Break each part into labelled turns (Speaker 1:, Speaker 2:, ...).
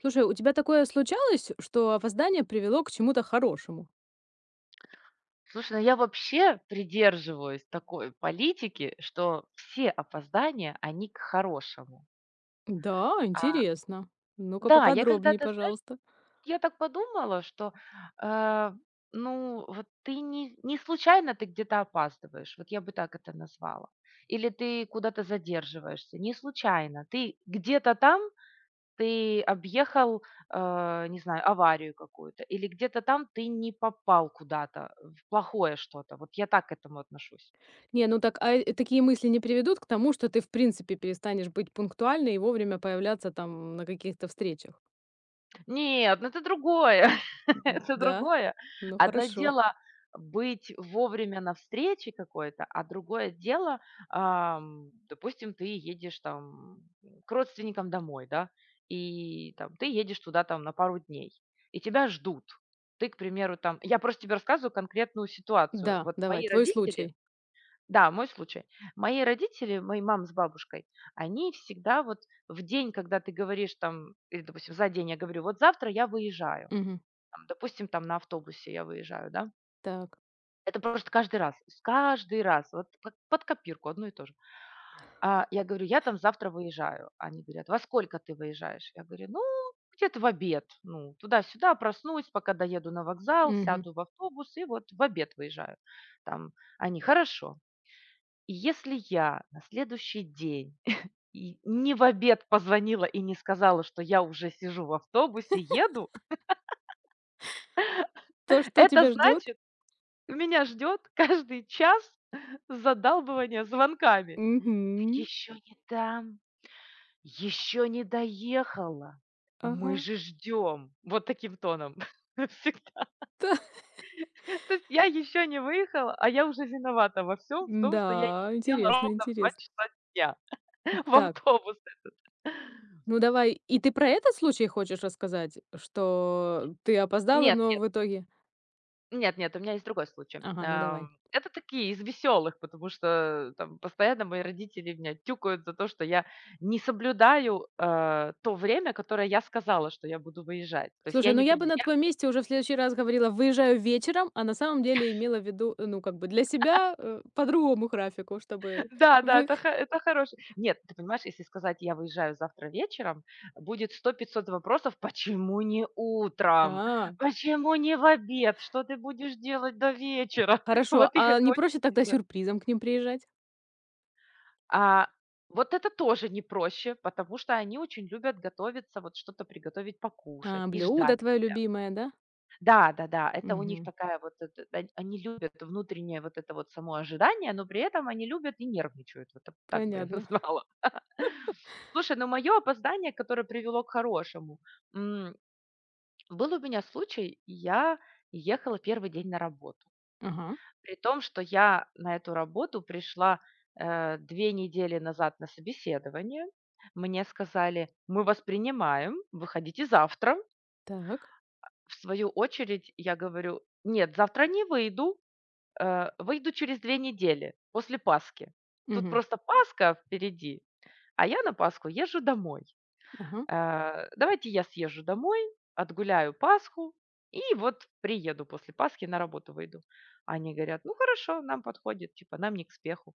Speaker 1: Слушай, у тебя такое случалось, что опоздание привело к чему-то хорошему?
Speaker 2: Слушай, ну я вообще придерживаюсь такой политики, что все опоздания, они к хорошему.
Speaker 1: Да,
Speaker 2: А,
Speaker 1: интересно. Ну-ка
Speaker 2: да, я
Speaker 1: поподробнее,
Speaker 2: когда-то, знаешь,
Speaker 1: пожалуйста.
Speaker 2: я так подумала, что, э, ну, вот ты не случайно ты где-то опаздываешь, вот я бы так это назвала. Или ты куда-то задерживаешься, не случайно. Ты где-то там, ты объехал, не знаю, аварию какую-то, или где-то там ты не попал куда-то, в плохое что-то. Вот я так к этому отношусь.
Speaker 1: Не, ну так, а такие мысли не приведут к тому, что ты, в принципе, перестанешь быть пунктуальной и вовремя появляться там на каких-то встречах?
Speaker 2: Нет, ну это другое,
Speaker 1: Д-
Speaker 2: это
Speaker 1: Да?
Speaker 2: другое.
Speaker 1: Ну
Speaker 2: Одно
Speaker 1: хорошо.
Speaker 2: дело быть вовремя на встрече какой-то, а другое дело, допустим, ты едешь там к родственникам домой, да, и там ты едешь туда там на пару дней, и тебя ждут. Ты, к примеру, там я просто тебе рассказываю конкретную ситуацию.
Speaker 1: Да,
Speaker 2: Вот
Speaker 1: давай,
Speaker 2: мои
Speaker 1: твой
Speaker 2: родители
Speaker 1: случай.
Speaker 2: да, мой случай. Мои родители, мои мама с бабушкой, они всегда вот в день, когда ты говоришь там, или, допустим, за день я говорю, вот завтра я выезжаю,
Speaker 1: Мгм.
Speaker 2: там, допустим, там на автобусе я выезжаю, да,
Speaker 1: Так.
Speaker 2: это просто каждый раз, каждый раз, вот как под копирку одно и то же. А я говорю, я там завтра выезжаю. Они говорят, во сколько ты выезжаешь? Я говорю, ну, где-то в обед, ну, туда-сюда проснусь, пока доеду на вокзал,
Speaker 1: Мгм.
Speaker 2: сяду в автобус и вот в обед выезжаю. Там они, хорошо, и если я на следующий день и не в обед позвонила и не сказала, что я уже сижу в автобусе, еду,
Speaker 1: То, что
Speaker 2: это
Speaker 1: тебя ждет?
Speaker 2: значит, меня ждет каждый час задалбывания звонками.
Speaker 1: Мгм.
Speaker 2: Еще не там, еще не доехала.
Speaker 1: Ага.
Speaker 2: Мы же ждем. Вот таким тоном. Всегда. То есть я еще не выехала, а я уже виновата во всем, в том, что я не
Speaker 1: Да,
Speaker 2: села
Speaker 1: интересно,
Speaker 2: ровно в 2
Speaker 1: интересно.
Speaker 2: часа дня в
Speaker 1: Так.
Speaker 2: автобус.
Speaker 1: Ну давай, и ты про этот случай хочешь рассказать, что ты опоздала,
Speaker 2: Нет,
Speaker 1: но
Speaker 2: нет.
Speaker 1: в итоге.
Speaker 2: Нет, нет, у меня есть другой случай.
Speaker 1: Ага, ну давай.
Speaker 2: Это такие из веселых, потому что там постоянно мои родители меня тюкают за то, что я не соблюдаю, то время, которое я сказала, что я буду выезжать. То есть я
Speaker 1: Слушай, ну
Speaker 2: не
Speaker 1: я бы
Speaker 2: приди.
Speaker 1: на твоем месте уже в следующий раз говорила: "Выезжаю вечером", а на самом деле имела в виду, ну, как бы для себя, по другому графику, чтобы
Speaker 2: Да, да,
Speaker 1: вы.
Speaker 2: это хороший. Нет, ты понимаешь, если сказать: "Я выезжаю завтра вечером", будет сто-пятьсот вопросов: "Почему не утром?
Speaker 1: А,
Speaker 2: Почему не в обед? Что ты будешь делать до вечера?"
Speaker 1: хорошо.
Speaker 2: Вот их
Speaker 1: А
Speaker 2: это
Speaker 1: не проще тогда
Speaker 2: очень.
Speaker 1: сюрпризом к ним приезжать?
Speaker 2: А, вот это тоже не проще, потому что они очень любят готовиться, вот что-то приготовить покушать
Speaker 1: А,
Speaker 2: и
Speaker 1: блюдо
Speaker 2: ждать
Speaker 1: твое
Speaker 2: тебя.
Speaker 1: любимое, да?
Speaker 2: Да-да-да, это у них
Speaker 1: Мгм.
Speaker 2: такая вот, это, они любят внутреннее вот это вот само ожидание, но при этом они любят и нервничают, вот так бы я
Speaker 1: Понятно.
Speaker 2: назвала. Слушай, ну мое опоздание, которое привело к хорошему, м, был у меня случай, я ехала первый день на работу.
Speaker 1: Ага.
Speaker 2: При том, что я на эту работу пришла, 2 недели назад на собеседование. Мне сказали: "Мы вас принимаем, выходите завтра".
Speaker 1: Так.
Speaker 2: В свою очередь я говорю: "Нет, завтра не выйду, выйду через 2 недели после Пасхи". Тут
Speaker 1: Мгм.
Speaker 2: просто Пасха впереди, а я на Пасху езжу домой.
Speaker 1: Ага.
Speaker 2: Давайте я съезжу домой, отгуляю Пасху и вот приеду после Пасхи на работу выйду. Они говорят, ну хорошо, нам подходит, типа нам не к спеху.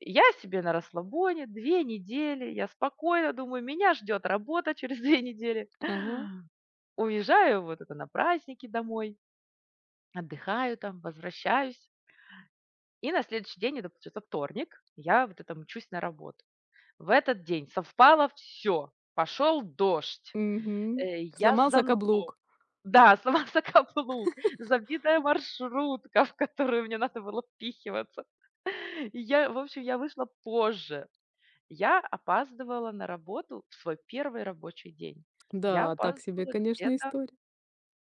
Speaker 2: Я себе на расслабоне, 2 недели, я спокойно думаю, меня ждет работа через 2 недели.
Speaker 1: Ага.
Speaker 2: Уезжаю вот это на праздники домой, отдыхаю там, возвращаюсь. И на следующий день, это получается вторник, я вот это мчусь на работу. В этот день совпало все, пошел дождь,
Speaker 1: Мгм.
Speaker 2: я с
Speaker 1: Сломался
Speaker 2: зонтом.
Speaker 1: каблук.
Speaker 2: Да, сама за каблук, забитая маршрутка, в которую мне надо было впихиваться. И я, в общем, я вышла позже. Я опаздывала на работу в свой первый рабочий день. Я
Speaker 1: Да, так себе,
Speaker 2: опаздывала
Speaker 1: конечно,
Speaker 2: где-то
Speaker 1: история.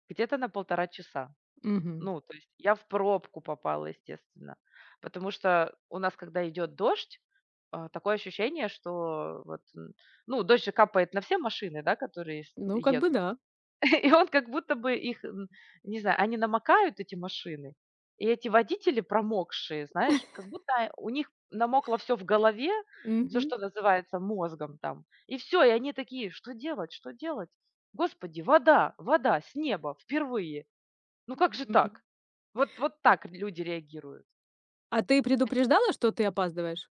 Speaker 2: где-то на полтора часа.
Speaker 1: Мгм.
Speaker 2: Ну, то есть я в пробку попала, естественно, потому что у нас, когда идет дождь, а, такое ощущение, что вот, н ну, дождь же капает на все машины, да, которые с
Speaker 1: Ну, как бы
Speaker 2: едут.
Speaker 1: да.
Speaker 2: И он как будто бы их, не знаю, они намокают, эти машины, и эти водители промокшие, знаешь, как будто у них намокло все в голове, все,
Speaker 1: Мгм.
Speaker 2: что называется, мозгом там. И все, и они такие: "Что делать? Что делать? Господи, вода, вода с неба впервые! Ну как же
Speaker 1: Мгм.
Speaker 2: так?" Вот вот так люди реагируют.
Speaker 1: А ты предупреждала, что ты опаздываешь?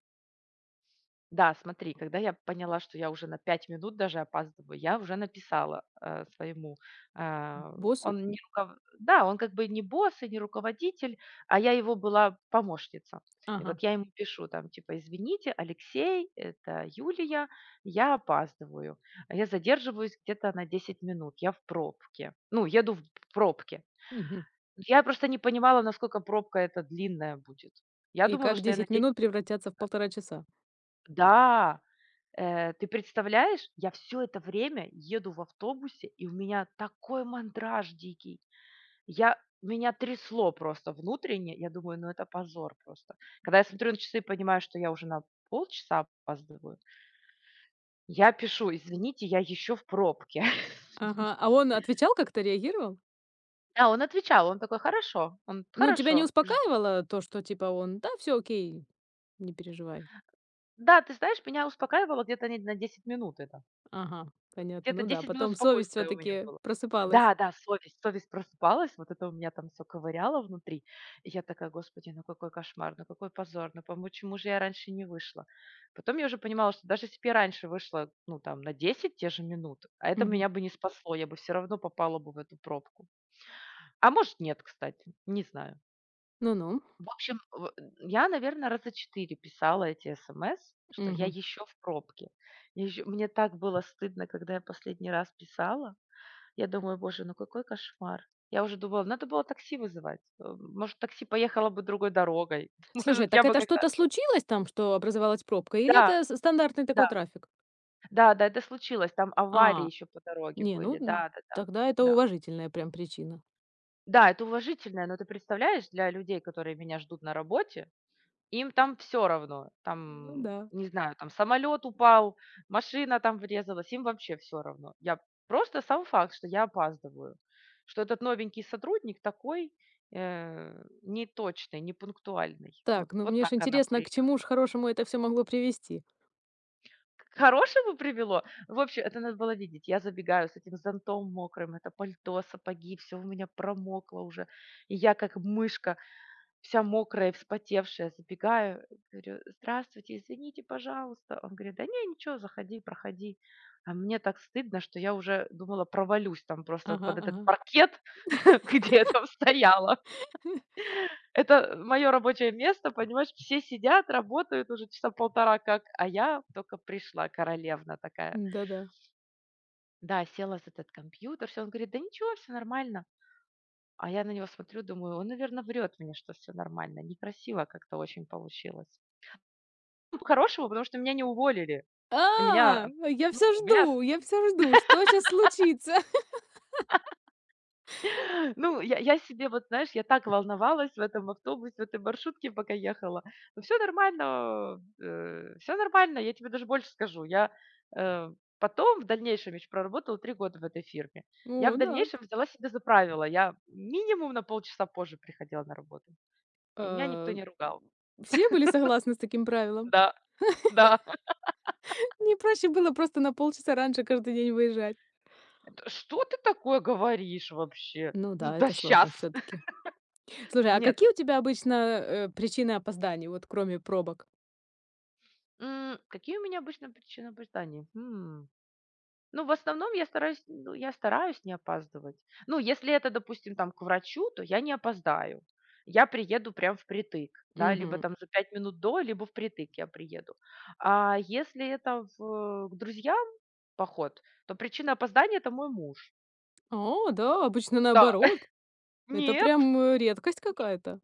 Speaker 2: Да, смотри, когда я поняла, что я уже на 5 минут даже опаздываю, я уже написала, своему, а,
Speaker 1: Боссу?
Speaker 2: он не руков да, он как бы не босс и не руководитель, а я его была помощница. И вот
Speaker 1: Ага.
Speaker 2: я ему пишу там типа: "Извините, Алексей, это Юлия, я опаздываю. А я задерживаюсь где-то на 10 минут, я в пробке". Ну, еду в пробке.
Speaker 1: Мгм.
Speaker 2: Я просто не понимала, насколько пробка эта длинная будет. Я
Speaker 1: И
Speaker 2: думала,
Speaker 1: как
Speaker 2: что я на
Speaker 1: 10
Speaker 2: десять,
Speaker 1: минут превратятся в полтора часа?
Speaker 2: да! Ты представляешь, я все это время еду в автобусе, и у меня такой мандраж дикий. Я меня трясло просто внутренне. Я думаю, ну это позор просто. Когда я смотрю на часы и понимаю, что я уже на полчаса опаздываю, я пишу: "Извините, я еще в пробке".
Speaker 1: Ага. А он отвечал как-то, реагировал?
Speaker 2: А он отвечал, он такой: "Хорошо". Он:
Speaker 1: Ну, тебя не
Speaker 2: "Хорошо". Жд
Speaker 1: успокаивало то, что типа он: "Да, все, окей, не переживай"?
Speaker 2: Да, ты знаешь, меня успокаивало где-то не на 10 минут это.
Speaker 1: Ага, понятно.
Speaker 2: Где-то
Speaker 1: Ну да,
Speaker 2: 10 минут
Speaker 1: потом совесть
Speaker 2: спокойствия у меня
Speaker 1: все-таки
Speaker 2: было.
Speaker 1: просыпалась.
Speaker 2: Да, да, совесть просыпалась, вот это у меня там все ковыряло внутри. И я такая: "Господи, ну какой кошмар, ну какой позор, ну пом почему же я раньше не вышла?" Потом я уже понимала, что даже если б я раньше вышла, ну, там, на 10 те же минут, а это
Speaker 1: Мгм.
Speaker 2: меня бы не спасло, я бы все равно попала бы в эту пробку. А может, нет, кстати, не знаю.
Speaker 1: Ну-ну.
Speaker 2: В общем, в я, наверное, раза 4 писала эти смс, что я
Speaker 1: Мгм.
Speaker 2: еще в пробке. Я еще мне так было стыдно, когда я последний раз писала. Я думаю, боже, ну какой кошмар. Я уже думала, надо было такси вызывать. Может, такси поехало бы другой дорогой. Может,
Speaker 1: Слушай,
Speaker 2: я
Speaker 1: так
Speaker 2: бы
Speaker 1: это
Speaker 2: как-то.
Speaker 1: что-то случилось там, что образовалась пробка, или
Speaker 2: Да,
Speaker 1: это с стандартный такой
Speaker 2: да,
Speaker 1: трафик?
Speaker 2: да-да, это случилось. Там аварии
Speaker 1: А.
Speaker 2: еще по дороге
Speaker 1: Не, ну,
Speaker 2: были.
Speaker 1: н
Speaker 2: Да-да-да.
Speaker 1: тогда это
Speaker 2: Да. Да,
Speaker 1: уважительная прям причина.
Speaker 2: да, да, это уважительное, но ты представляешь, для людей, которые меня ждут на работе, им там все равно.
Speaker 1: Ну
Speaker 2: Там,
Speaker 1: да.
Speaker 2: не знаю, там самолет упал, машина там врезалась, им вообще все равно. Я просто сам факт, что я опаздываю, что этот новенький сотрудник такой, э, неточный, непунктуальный. Вот
Speaker 1: Так, ну
Speaker 2: вот
Speaker 1: мне ж
Speaker 2: так она
Speaker 1: интересно, к чему ж
Speaker 2: приехала.
Speaker 1: хорошему это все могло привести.
Speaker 2: К хорошему привело. В общем, это надо было видеть. Я забегаю с этим зонтом мокрым, это пальто, сапоги, все у меня промокло уже. И я как мышка, вся мокрая вспотевшая, забегаю, говорю: "Здравствуйте, извините, пожалуйста". Он говорит: "Да не, ничего, заходи, проходи". А мне так стыдно, что я уже думала, провалюсь там просто
Speaker 1: Ага,
Speaker 2: под этот
Speaker 1: ага.
Speaker 2: паркет, где я там стояла. Это мое рабочее место, понимаешь, все сидят, работают уже часа полтора как, а я только пришла, королевна такая.
Speaker 1: Да-да.
Speaker 2: Да, села за этот компьютер, все. Он говорит: "Да ничего, все нормально". А я на него смотрю, думаю, он, наверное, врет мне, что все нормально. Некрасиво как-то очень получилось. Хорошего, потому что меня не уволили. И меня,
Speaker 1: А,
Speaker 2: ну, меня с
Speaker 1: я все жду, что сейчас случится.
Speaker 2: ну, я себе, вот знаешь, я так волновалась в этом автобусе, в этой маршрутке, пока ехала. Но всё нормально, все нормально. Я тебе даже больше скажу. Я, э, потом в дальнейшем еще проработала 3 года в этой фирме. Я в
Speaker 1: О да.
Speaker 2: дальнейшем взяла себе за правило: я минимум на полчаса позже приходила на работу, и меня никто
Speaker 1: Э,
Speaker 2: не ругал.
Speaker 1: Все были согласны с таким правилом?
Speaker 2: Да, да.
Speaker 1: Не проще было просто на полчаса раньше каждый день выезжать?
Speaker 2: "Что ты такое говоришь вообще?
Speaker 1: Ну да,
Speaker 2: Да
Speaker 1: это сложно
Speaker 2: сейчас.
Speaker 1: все таки. Слушай, а
Speaker 2: Нет,
Speaker 1: какие у тебя обычно, причины опозданий, вот кроме пробок?
Speaker 2: Какие у меня обычно причины опозданий? Ну, в основном я стараюсь, ну, я стараюсь не опаздывать. Ну, если это, допустим, там к врачу, то я не опоздаю. Я приеду прям впритык, да, либо
Speaker 1: Мгм.
Speaker 2: там за 5 минут до, либо впритык я приеду. А если это в, к друзьям поход, то причина опоздания– это мой муж.
Speaker 1: О да, обычно
Speaker 2: Да,
Speaker 1: наоборот. Это
Speaker 2: нет,
Speaker 1: прям, редкость какая-то.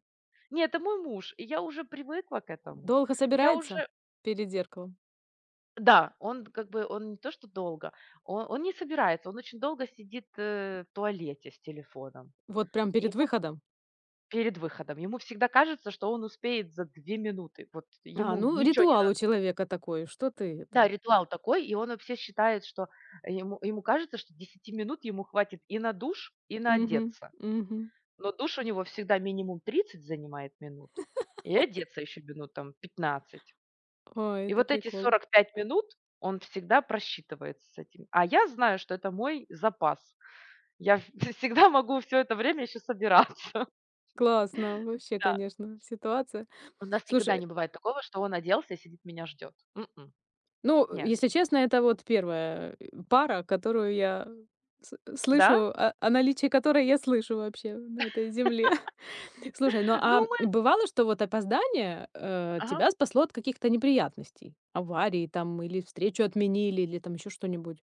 Speaker 2: нет, это мой муж, и я уже привыкла к этому.
Speaker 1: Долго
Speaker 2: Я
Speaker 1: собирается
Speaker 2: уже
Speaker 1: перед зеркалом?
Speaker 2: Да, он как бы, он не то что долго, он не собирается, он очень долго сидит в туалете с телефоном.
Speaker 1: Вот прям
Speaker 2: И
Speaker 1: перед
Speaker 2: ему
Speaker 1: выходом?
Speaker 2: перед выходом, ему всегда кажется, что он успеет за 2 минуты. Вот
Speaker 1: А,
Speaker 2: ему
Speaker 1: ну,
Speaker 2: ничего не
Speaker 1: ритуал у
Speaker 2: надо.
Speaker 1: человека такой, что ты
Speaker 2: Да,
Speaker 1: это.
Speaker 2: ритуал такой, и он вообще считает, что ему, ему кажется, что 10 минут ему хватит и на душ, и на
Speaker 1: Мгм,
Speaker 2: одеться.
Speaker 1: мгм.
Speaker 2: Но душ у него всегда минимум 30 занимает минут, и одеться еще минут там 15.
Speaker 1: Ой,
Speaker 2: И
Speaker 1: это
Speaker 2: вот эти
Speaker 1: прикол.
Speaker 2: 45 минут он всегда просчитывается с этим. А я знаю, что это мой запас. Я всегда могу все это время еще собираться.
Speaker 1: Классно вообще,
Speaker 2: Да.
Speaker 1: конечно, ситуация.
Speaker 2: У нас никогда
Speaker 1: Слушай,
Speaker 2: не бывает такого, что он оделся и сидит, меня ждет. М
Speaker 1: ну,
Speaker 2: Не.
Speaker 1: если честно, это вот первая, пара, которую я с
Speaker 2: Да?
Speaker 1: слышу, о наличии которой я слышу вообще на этой земле. Слушай, ну а
Speaker 2: Ну, мы.
Speaker 1: бывало, что вот опоздание,
Speaker 2: Ага.
Speaker 1: тебя спасло от каких-то неприятностей? Аварии там или встречу отменили, или там еще что-нибудь?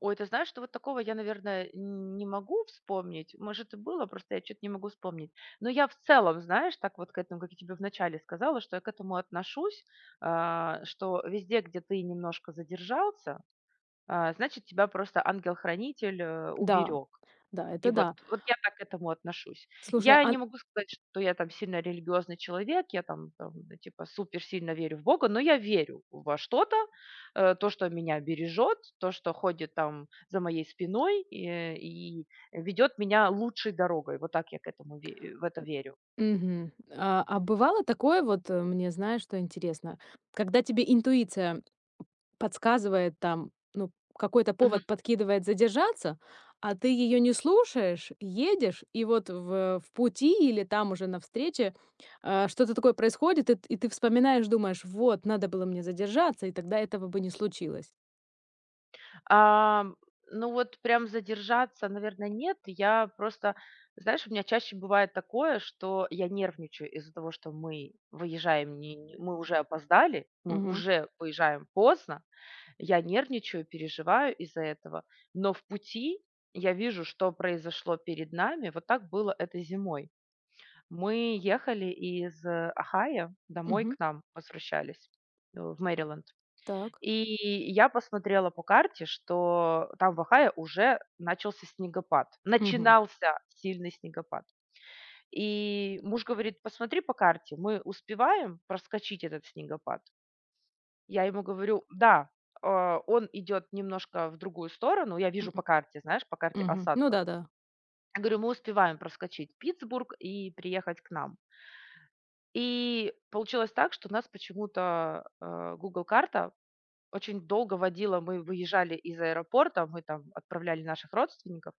Speaker 2: Ой, ты знаешь, что вот такого я, наверное, не могу вспомнить. Может, и было, просто я что то не могу вспомнить. Но я в целом, знаешь, так вот к этому, как я тебе вначале сказала, что я к этому отношусь, а, что везде, где ты немножко задержался, а, значит, тебя просто ангел-хранитель,
Speaker 1: Да,
Speaker 2: уберег.
Speaker 1: да,
Speaker 2: И
Speaker 1: это
Speaker 2: вот,
Speaker 1: да.
Speaker 2: вот я так к этому отношусь.
Speaker 1: Слушай,
Speaker 2: Я не
Speaker 1: а
Speaker 2: могу сказать, что я там сильно религиозный человек, я там, там, типа супер сильно верю в Бога, но я верю во что-то, то, что меня бережет, то, что ходит там за моей спиной и ведет меня лучшей дорогой. Вот так я к этому в это верю.
Speaker 1: мгм. А бывало такое вот, мне знаешь, что интересно, когда тебе интуиция подсказывает там, ну, какой-то повод подкидывает задержаться, а ты ее не слушаешь, едешь, и вот в пути или там уже на встрече, а, что-то такое происходит, и ты вспоминаешь, думаешь: "Вот, надо было мне задержаться, и тогда этого бы не случилось".
Speaker 2: Ам, ну вот прям задержаться, наверное, нет. Я просто, знаешь, у меня чаще бывает такое, что я нервничаю из-за того, что мы выезжаем, не, мы уже опоздали, мы
Speaker 1: Мгм,
Speaker 2: уже выезжаем поздно. Я нервничаю, переживаю из-за этого. Но в пути я вижу, что произошло перед нами. Вот так было это зимой. Мы ехали из Ахая домой
Speaker 1: мгм,
Speaker 2: к нам, возвращались в Мэриленд.
Speaker 1: так,
Speaker 2: И я посмотрела по карте, что там, в Ohio, уже начался снегопад.
Speaker 1: мгм,
Speaker 2: Начинался сильный снегопад. И муж говорит: "Посмотри по карте, мы успеваем проскочить этот снегопад?" Я ему говорю: "Да, а, он идет немножко в другую сторону". Я вижу по
Speaker 1: м,
Speaker 2: карте, знаешь, по карте
Speaker 1: мгм. Ну
Speaker 2: осадков.
Speaker 1: да-да,
Speaker 2: Я говорю: "Мы успеваем проскочить Питтсбург и приехать к нам". И получилось так, что нас почему-то, "Гугл" карта очень долго водила, мы выезжали из аэропорта, мы там отправляли наших родственников,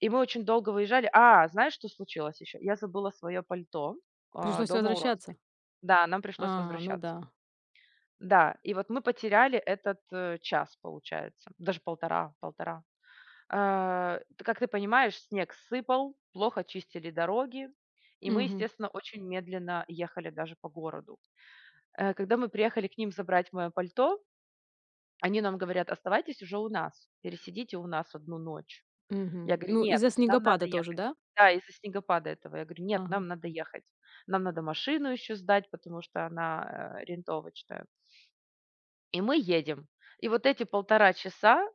Speaker 2: и мы очень долго выезжали. А, знаешь, что случилось еще? Я забыла свое пальто,
Speaker 1: пришлось
Speaker 2: дома у
Speaker 1: возвращаться.
Speaker 2: родственников. Да, нам пришлось
Speaker 1: А, ну
Speaker 2: возвращаться.
Speaker 1: да.
Speaker 2: Да, и вот мы потеряли этот, час, получается, даже полтора, полтора. А, т как ты понимаешь, снег сыпал, плохо чистили дороги, и мы,
Speaker 1: Мгм,
Speaker 2: естественно, очень медленно ехали даже по городу. Когда мы приехали к ним забрать моё пальто, они нам говорят: "Оставайтесь уже у нас, пересидите у нас одну ночь". Я
Speaker 1: мгм.
Speaker 2: говорю:
Speaker 1: Ну,
Speaker 2: "Нет,
Speaker 1: из-за
Speaker 2: нам надо
Speaker 1: снегопада тоже,
Speaker 2: ехать".
Speaker 1: да?
Speaker 2: Да, из-за снегопада этого. Я говорю: "Нет,
Speaker 1: Ага.
Speaker 2: нам надо ехать. Нам надо машину еще сдать, потому что она, арендовочная". И мы едем. И вот эти полтора часа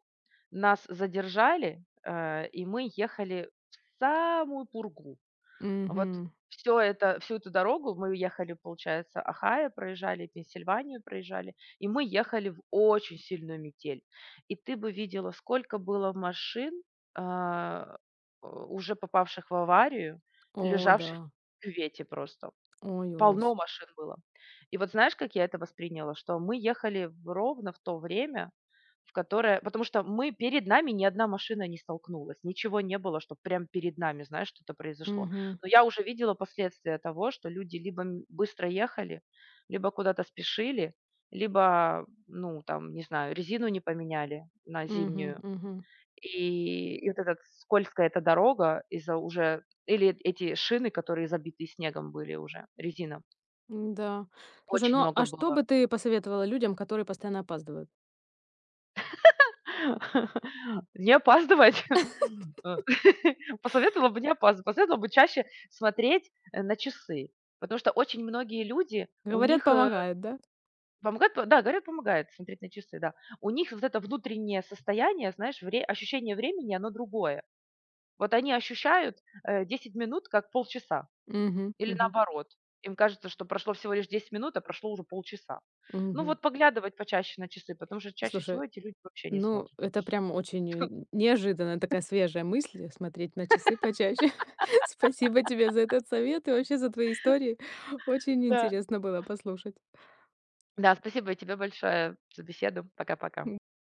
Speaker 2: нас задержали, и мы ехали в самую пургу. Вот
Speaker 1: Мгм.
Speaker 2: всё это всю эту дорогу мы ехали, получается, Ohio проезжали, Пенсильванию проезжали, и мы ехали в очень сильную метель. И ты бы видела, сколько было машин, а, уже попавших в аварию,
Speaker 1: О
Speaker 2: лежавших
Speaker 1: да.
Speaker 2: в кювете просто.
Speaker 1: Ой, ужас.
Speaker 2: Полно машин было. И вот знаешь, как я это восприняла? Что мы ехали в ровно в то время, в которое потому что мы перед нами ни одна машина не столкнулась, ничего не было, чтоб прям перед нами, знаешь, что-то произошло.
Speaker 1: Мгм.
Speaker 2: Но я уже видела последствия того, что люди либо быстро ехали, либо куда-то спешили, либо, ну, там, не знаю, резину не поменяли на
Speaker 1: Мгм,
Speaker 2: зимнюю.
Speaker 1: мгм.
Speaker 2: И вот эта скользкая эта дорога из-за уже или эти шины, которые забиты снегом были уже, резина.
Speaker 1: Да. Слушай,
Speaker 2: Очень
Speaker 1: ну,
Speaker 2: много
Speaker 1: а что
Speaker 2: было.
Speaker 1: бы ты посоветовала людям, которые постоянно опаздывают?
Speaker 2: Не опаздывать. Э, посоветовала бы не опаздывать, посоветовала бы чаще смотреть, на часы, потому что очень многие люди, у
Speaker 1: Говорят,
Speaker 2: них,
Speaker 1: помогает, да?
Speaker 2: помогает п да, говорят, помогает смотреть на часы, да. У них вот это внутреннее состояние, знаешь, вре ощущение времени, оно другое. Вот они ощущают, 10 минут как полчаса
Speaker 1: Мгм,
Speaker 2: или
Speaker 1: мгм,
Speaker 2: наоборот. Им кажется, что прошло всего лишь 10 минут, а прошло уже полчаса. Ну
Speaker 1: мгм.
Speaker 2: вот поглядывать почаще на часы, потому что чаще
Speaker 1: Слушай,
Speaker 2: всего эти люди вообще не
Speaker 1: ну,
Speaker 2: смотрят на
Speaker 1: это
Speaker 2: часы.
Speaker 1: прям очень, неожиданная такая свежая мысль- смотреть на часы почаще. Спасибо тебе за этот совет и вообще за твои истории. Очень
Speaker 2: Да.
Speaker 1: интересно было послушать.
Speaker 2: Да, спасибо и тебе большое за беседу. Пока-пока.